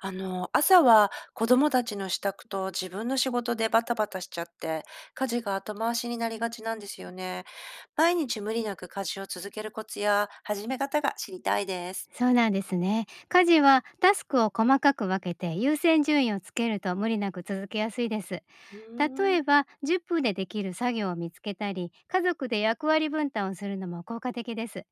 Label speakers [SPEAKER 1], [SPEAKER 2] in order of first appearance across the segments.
[SPEAKER 1] 朝は子供たちの支度と自分の仕事でバタバタしちゃって、家事が後回しになりがちなんですよね。毎日無理なく家事を続けるコツや始め方が知りたいです。
[SPEAKER 2] そうなんですね。家事はタスクを細かく分けて優先順位をつけると無理なく続けやすいです。
[SPEAKER 1] う
[SPEAKER 2] 例
[SPEAKER 1] ーん、
[SPEAKER 2] えば10分でできる作業を見つけたり、家族で役割分担をするのも効果的です。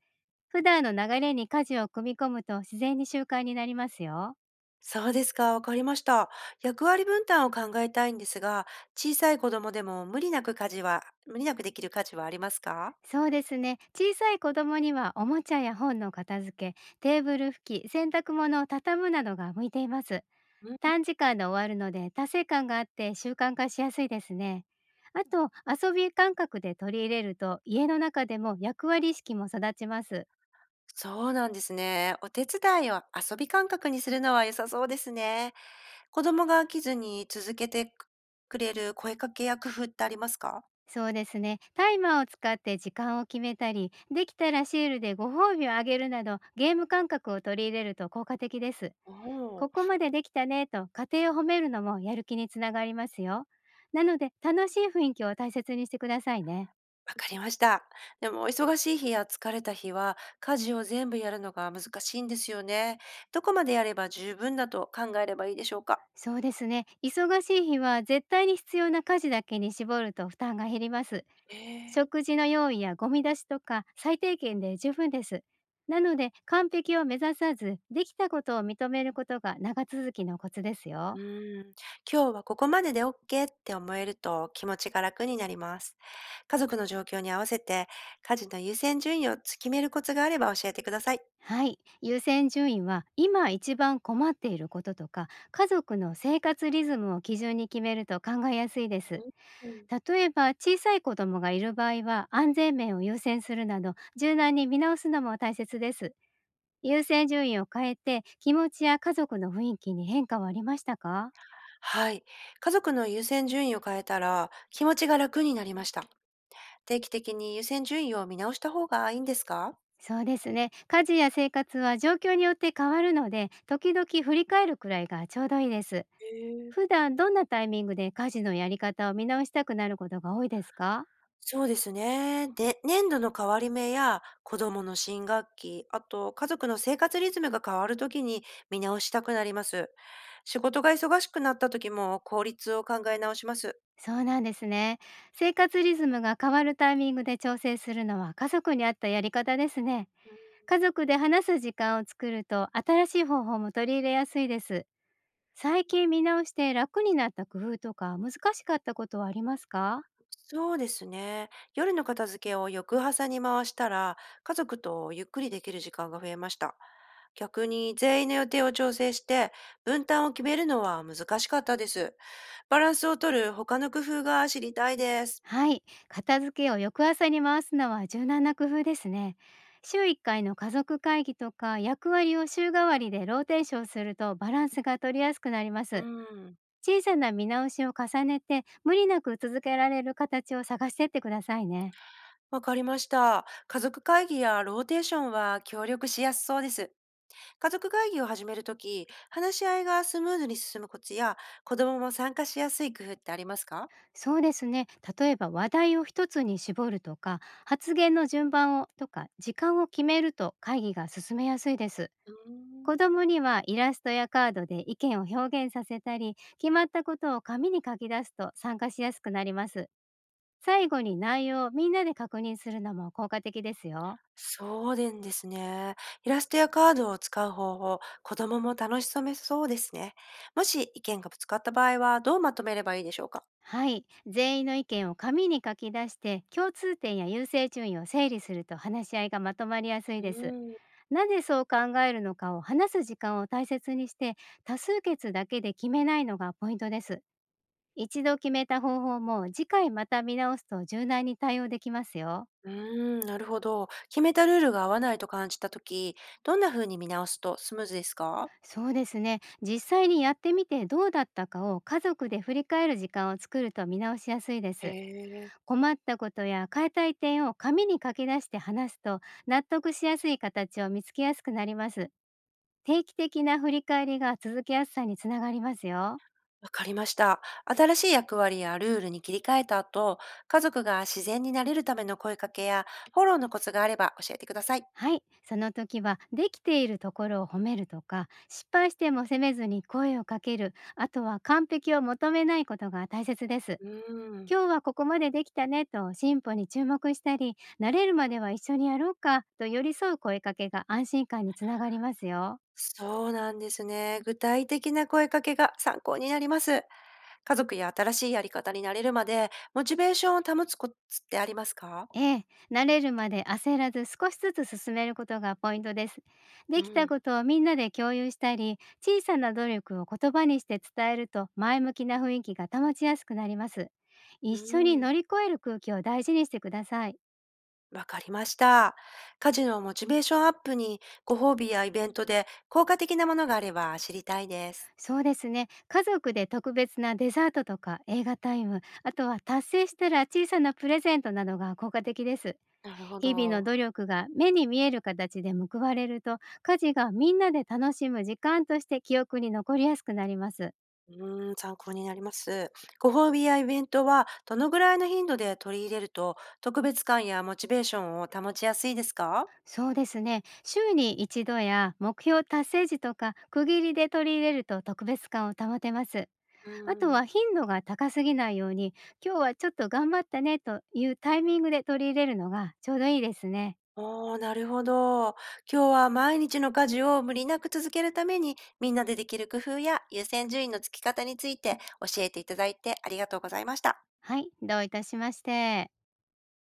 [SPEAKER 2] 普段の流れに家事を組み込むと自然に習慣になりますよ。
[SPEAKER 1] そうですか、わかりました。役割分担を考えたいんですが、小さい子供でも無理なく家事は、無理なくできる家事はありますか？
[SPEAKER 2] そうですね。小さい子供にはおもちゃや本の片付け、テーブル拭き、洗濯物を畳むなどが向いています。
[SPEAKER 1] うん、
[SPEAKER 2] 短時間で終わるので、達成感があって習慣化しやすいですね。あと、遊び感覚で取り入れると、家の中でも役割意識も育ちます。
[SPEAKER 1] そうなんですね。お手伝いを遊び感覚にするのは良さそうですね。子供が飽きずに続けてくくれる声かけや工夫ってありますか？
[SPEAKER 2] そうですね。タイマーを使って時間を決めたり、できたらシールでご褒美をあげるなど、ゲーム感覚を取り入れると効果的です。
[SPEAKER 1] おお。わ
[SPEAKER 2] ここまでできたねと家庭を褒めるのもやる気につながりますよ。なので、楽しい雰囲気を大切にしてくださいね。
[SPEAKER 1] かりました。でも、忙しい日や疲れた日は、家事を全部やるのが難しいんですよね。どこまでやれば十分だと考えればいいでしょうか？
[SPEAKER 2] そうですね。忙しい日は絶対に必要な家事だけに絞ると負担が減ります。
[SPEAKER 1] ええ。
[SPEAKER 2] 食事の用意やゴミ出しとか最低限で十分です。なので完璧を目指さず、できたことを認めることが長続きのコツですよ。
[SPEAKER 1] うん、今日はここまででオッケーって思えると気持ちが楽になります。家族の状況に合わせて、家事の優先順位をつ決めるコツがあれば教えてください。
[SPEAKER 2] はい。優先順位は今一番困っていることとか、家族の生活リズムを基準に決めると考えやすいです。
[SPEAKER 1] うん。
[SPEAKER 2] 例えば小さい子供がいる場合は安全面を優先するなど柔軟に見直すのも大切です。優先順位を変えて、気持ちや家族の雰囲気に変化はありましたか？
[SPEAKER 1] はい。家族の優先順位を変えたら気持ちが楽になりました。定期的に優先順位を見直した方がいいんですか？
[SPEAKER 2] そうですね。家事や生活は状況によって変わるので、時々振り返るくらいがちょうどいいです。
[SPEAKER 1] へえ。
[SPEAKER 2] 普段どんなタイミングで家事のやり方を見直したくなることが多いですか？
[SPEAKER 1] そうですね。で、年度の変わり目や子供の新学期、あと家族の生活リズムが変わるときに見直したくなります。仕事が忙しくなったときも効率を考え直します。
[SPEAKER 2] そうなんですね。生活リズムが変わるタイミングで調整するのは、家族に合ったやり方ですね。家族で話す時間を作ると、新しい方法も取り入れやすいです。最近見直して楽になった工夫とか難しかったことはありますか。
[SPEAKER 1] そうですね。夜の片付けを翌朝に回したら、家族とゆっくりできる時間が増えました。逆に全員の予定を調整して、分担を決めるのは難しかったです。バランスを取る他の工夫が知りたいです。
[SPEAKER 2] はい、片付けを翌朝に回すのは柔軟な工夫ですね。週1回の家族会議とか役割を週替わりでローテーションするとバランスが取りやすくなりま
[SPEAKER 1] う
[SPEAKER 2] す。
[SPEAKER 1] ん。
[SPEAKER 2] 小さな見直しを重ねて無理なく続けられる形を探してってくださいね。
[SPEAKER 1] わかりました。家族会議やローテーションは協力しやすそうです。家族会議を始めるとき、話し合いがスムーズに進むコツや、子供も参加しやすい工夫ってありますか？
[SPEAKER 2] そうですね。例えば話題を一つに絞るとか発言の順番をとか時間を決めると会議が進めやすいです。
[SPEAKER 1] うーん
[SPEAKER 2] 子供にはイラストやカードで意見を表現させたり、決まったことを紙に書き出すと参加しやすくなります。最後に内容をみんなで確認するのも効果的ですよ。
[SPEAKER 1] そうでんですね。イラストやカードを使う方法、子供も楽しめそうですね。もし意見がぶつかった場合は、どうまとめればいいでしょうか？
[SPEAKER 2] はい。全員の意見を紙に書き出して、共通点や優先順位を整理すると話し合いがまとまりやすい
[SPEAKER 1] う
[SPEAKER 2] です。
[SPEAKER 1] ーん、
[SPEAKER 2] なぜそう考えるのかを話す時間を大切にして、多数決だけで決めないのがポイントです。一度決めた方法も次回また見直すと柔軟に対応できますよ。
[SPEAKER 1] うーん、なるほど。決めたルールが合わないと感じたとき、どんな風に見直すとスムーズですか？
[SPEAKER 2] そうですね、実際にやってみてどうだったかを家族で振り返る時間を作ると見直しやすいで
[SPEAKER 1] へ
[SPEAKER 2] す。
[SPEAKER 1] え。
[SPEAKER 2] 困ったことや変えたい点を紙に書き出して話すと、納得しやすい形を見つけやすくなります。定期的な振り返りが続けやすさにつながりますよ。
[SPEAKER 1] わかりました。新しい役割やルールに切り替えた後、家族が自然になれるための声かけやフォローのコツがあれば教えてください。
[SPEAKER 2] はい、その時はできているところを褒めるとか、失敗しても責めずに声をかける、あとは完璧を求めないことが大切です。
[SPEAKER 1] うーん。
[SPEAKER 2] 今日はここまでできたねと進歩に注目したり、慣れるまでは一緒にやろうかと寄り添う声かけが安心感につながりますよ。
[SPEAKER 1] そうなんですね。具体的な声かけが参考になります。家族や新しいやり方になれるまで、モチベーションを保つコツってありますか？
[SPEAKER 2] ええ、慣れるまで焦らず少しずつ進めることがポイントです。で
[SPEAKER 1] う
[SPEAKER 2] きた
[SPEAKER 1] ん。
[SPEAKER 2] ことをみんなで共有したり、小さな努力を言葉にして伝えると前向きな雰囲気が保ちやすくなります。一
[SPEAKER 1] う
[SPEAKER 2] 緒に
[SPEAKER 1] ん。
[SPEAKER 2] 乗り越える空気を大事にしてください。
[SPEAKER 1] わかりました。家事のモチベーションアップに、ご褒美やイベントで効果的なものがあれば知りたいです。
[SPEAKER 2] そうですね。家族で特別なデザートとか映画タイム、あとは達成したら小さなプレゼントなどが効果的です。
[SPEAKER 1] なるほ
[SPEAKER 2] 日々の
[SPEAKER 1] ど。
[SPEAKER 2] 努力が目に見える形で報われると、家事がみんなで楽しむ時間として記憶に残りやすくなります。
[SPEAKER 1] うん、参考になります。ご褒美やイベントは、どのぐらいの頻度で取り入れると、特別感やモチベーションを保ちやすいですか？
[SPEAKER 2] そうですね。週に一度や目標達成時とか区切りで取り入れると特別感を保てます。
[SPEAKER 1] う
[SPEAKER 2] あと
[SPEAKER 1] ん。
[SPEAKER 2] は頻度が高すぎないように、今日はちょっと頑張ったねというタイミングで取り入れるのがちょうどいいですね。
[SPEAKER 1] おー、なるほど。今日は毎日の家事を無理なく続けるために、みんなでできる工夫や優先順位のつき方について教えていただいてありがとうございました。
[SPEAKER 2] はい、どういたしまして。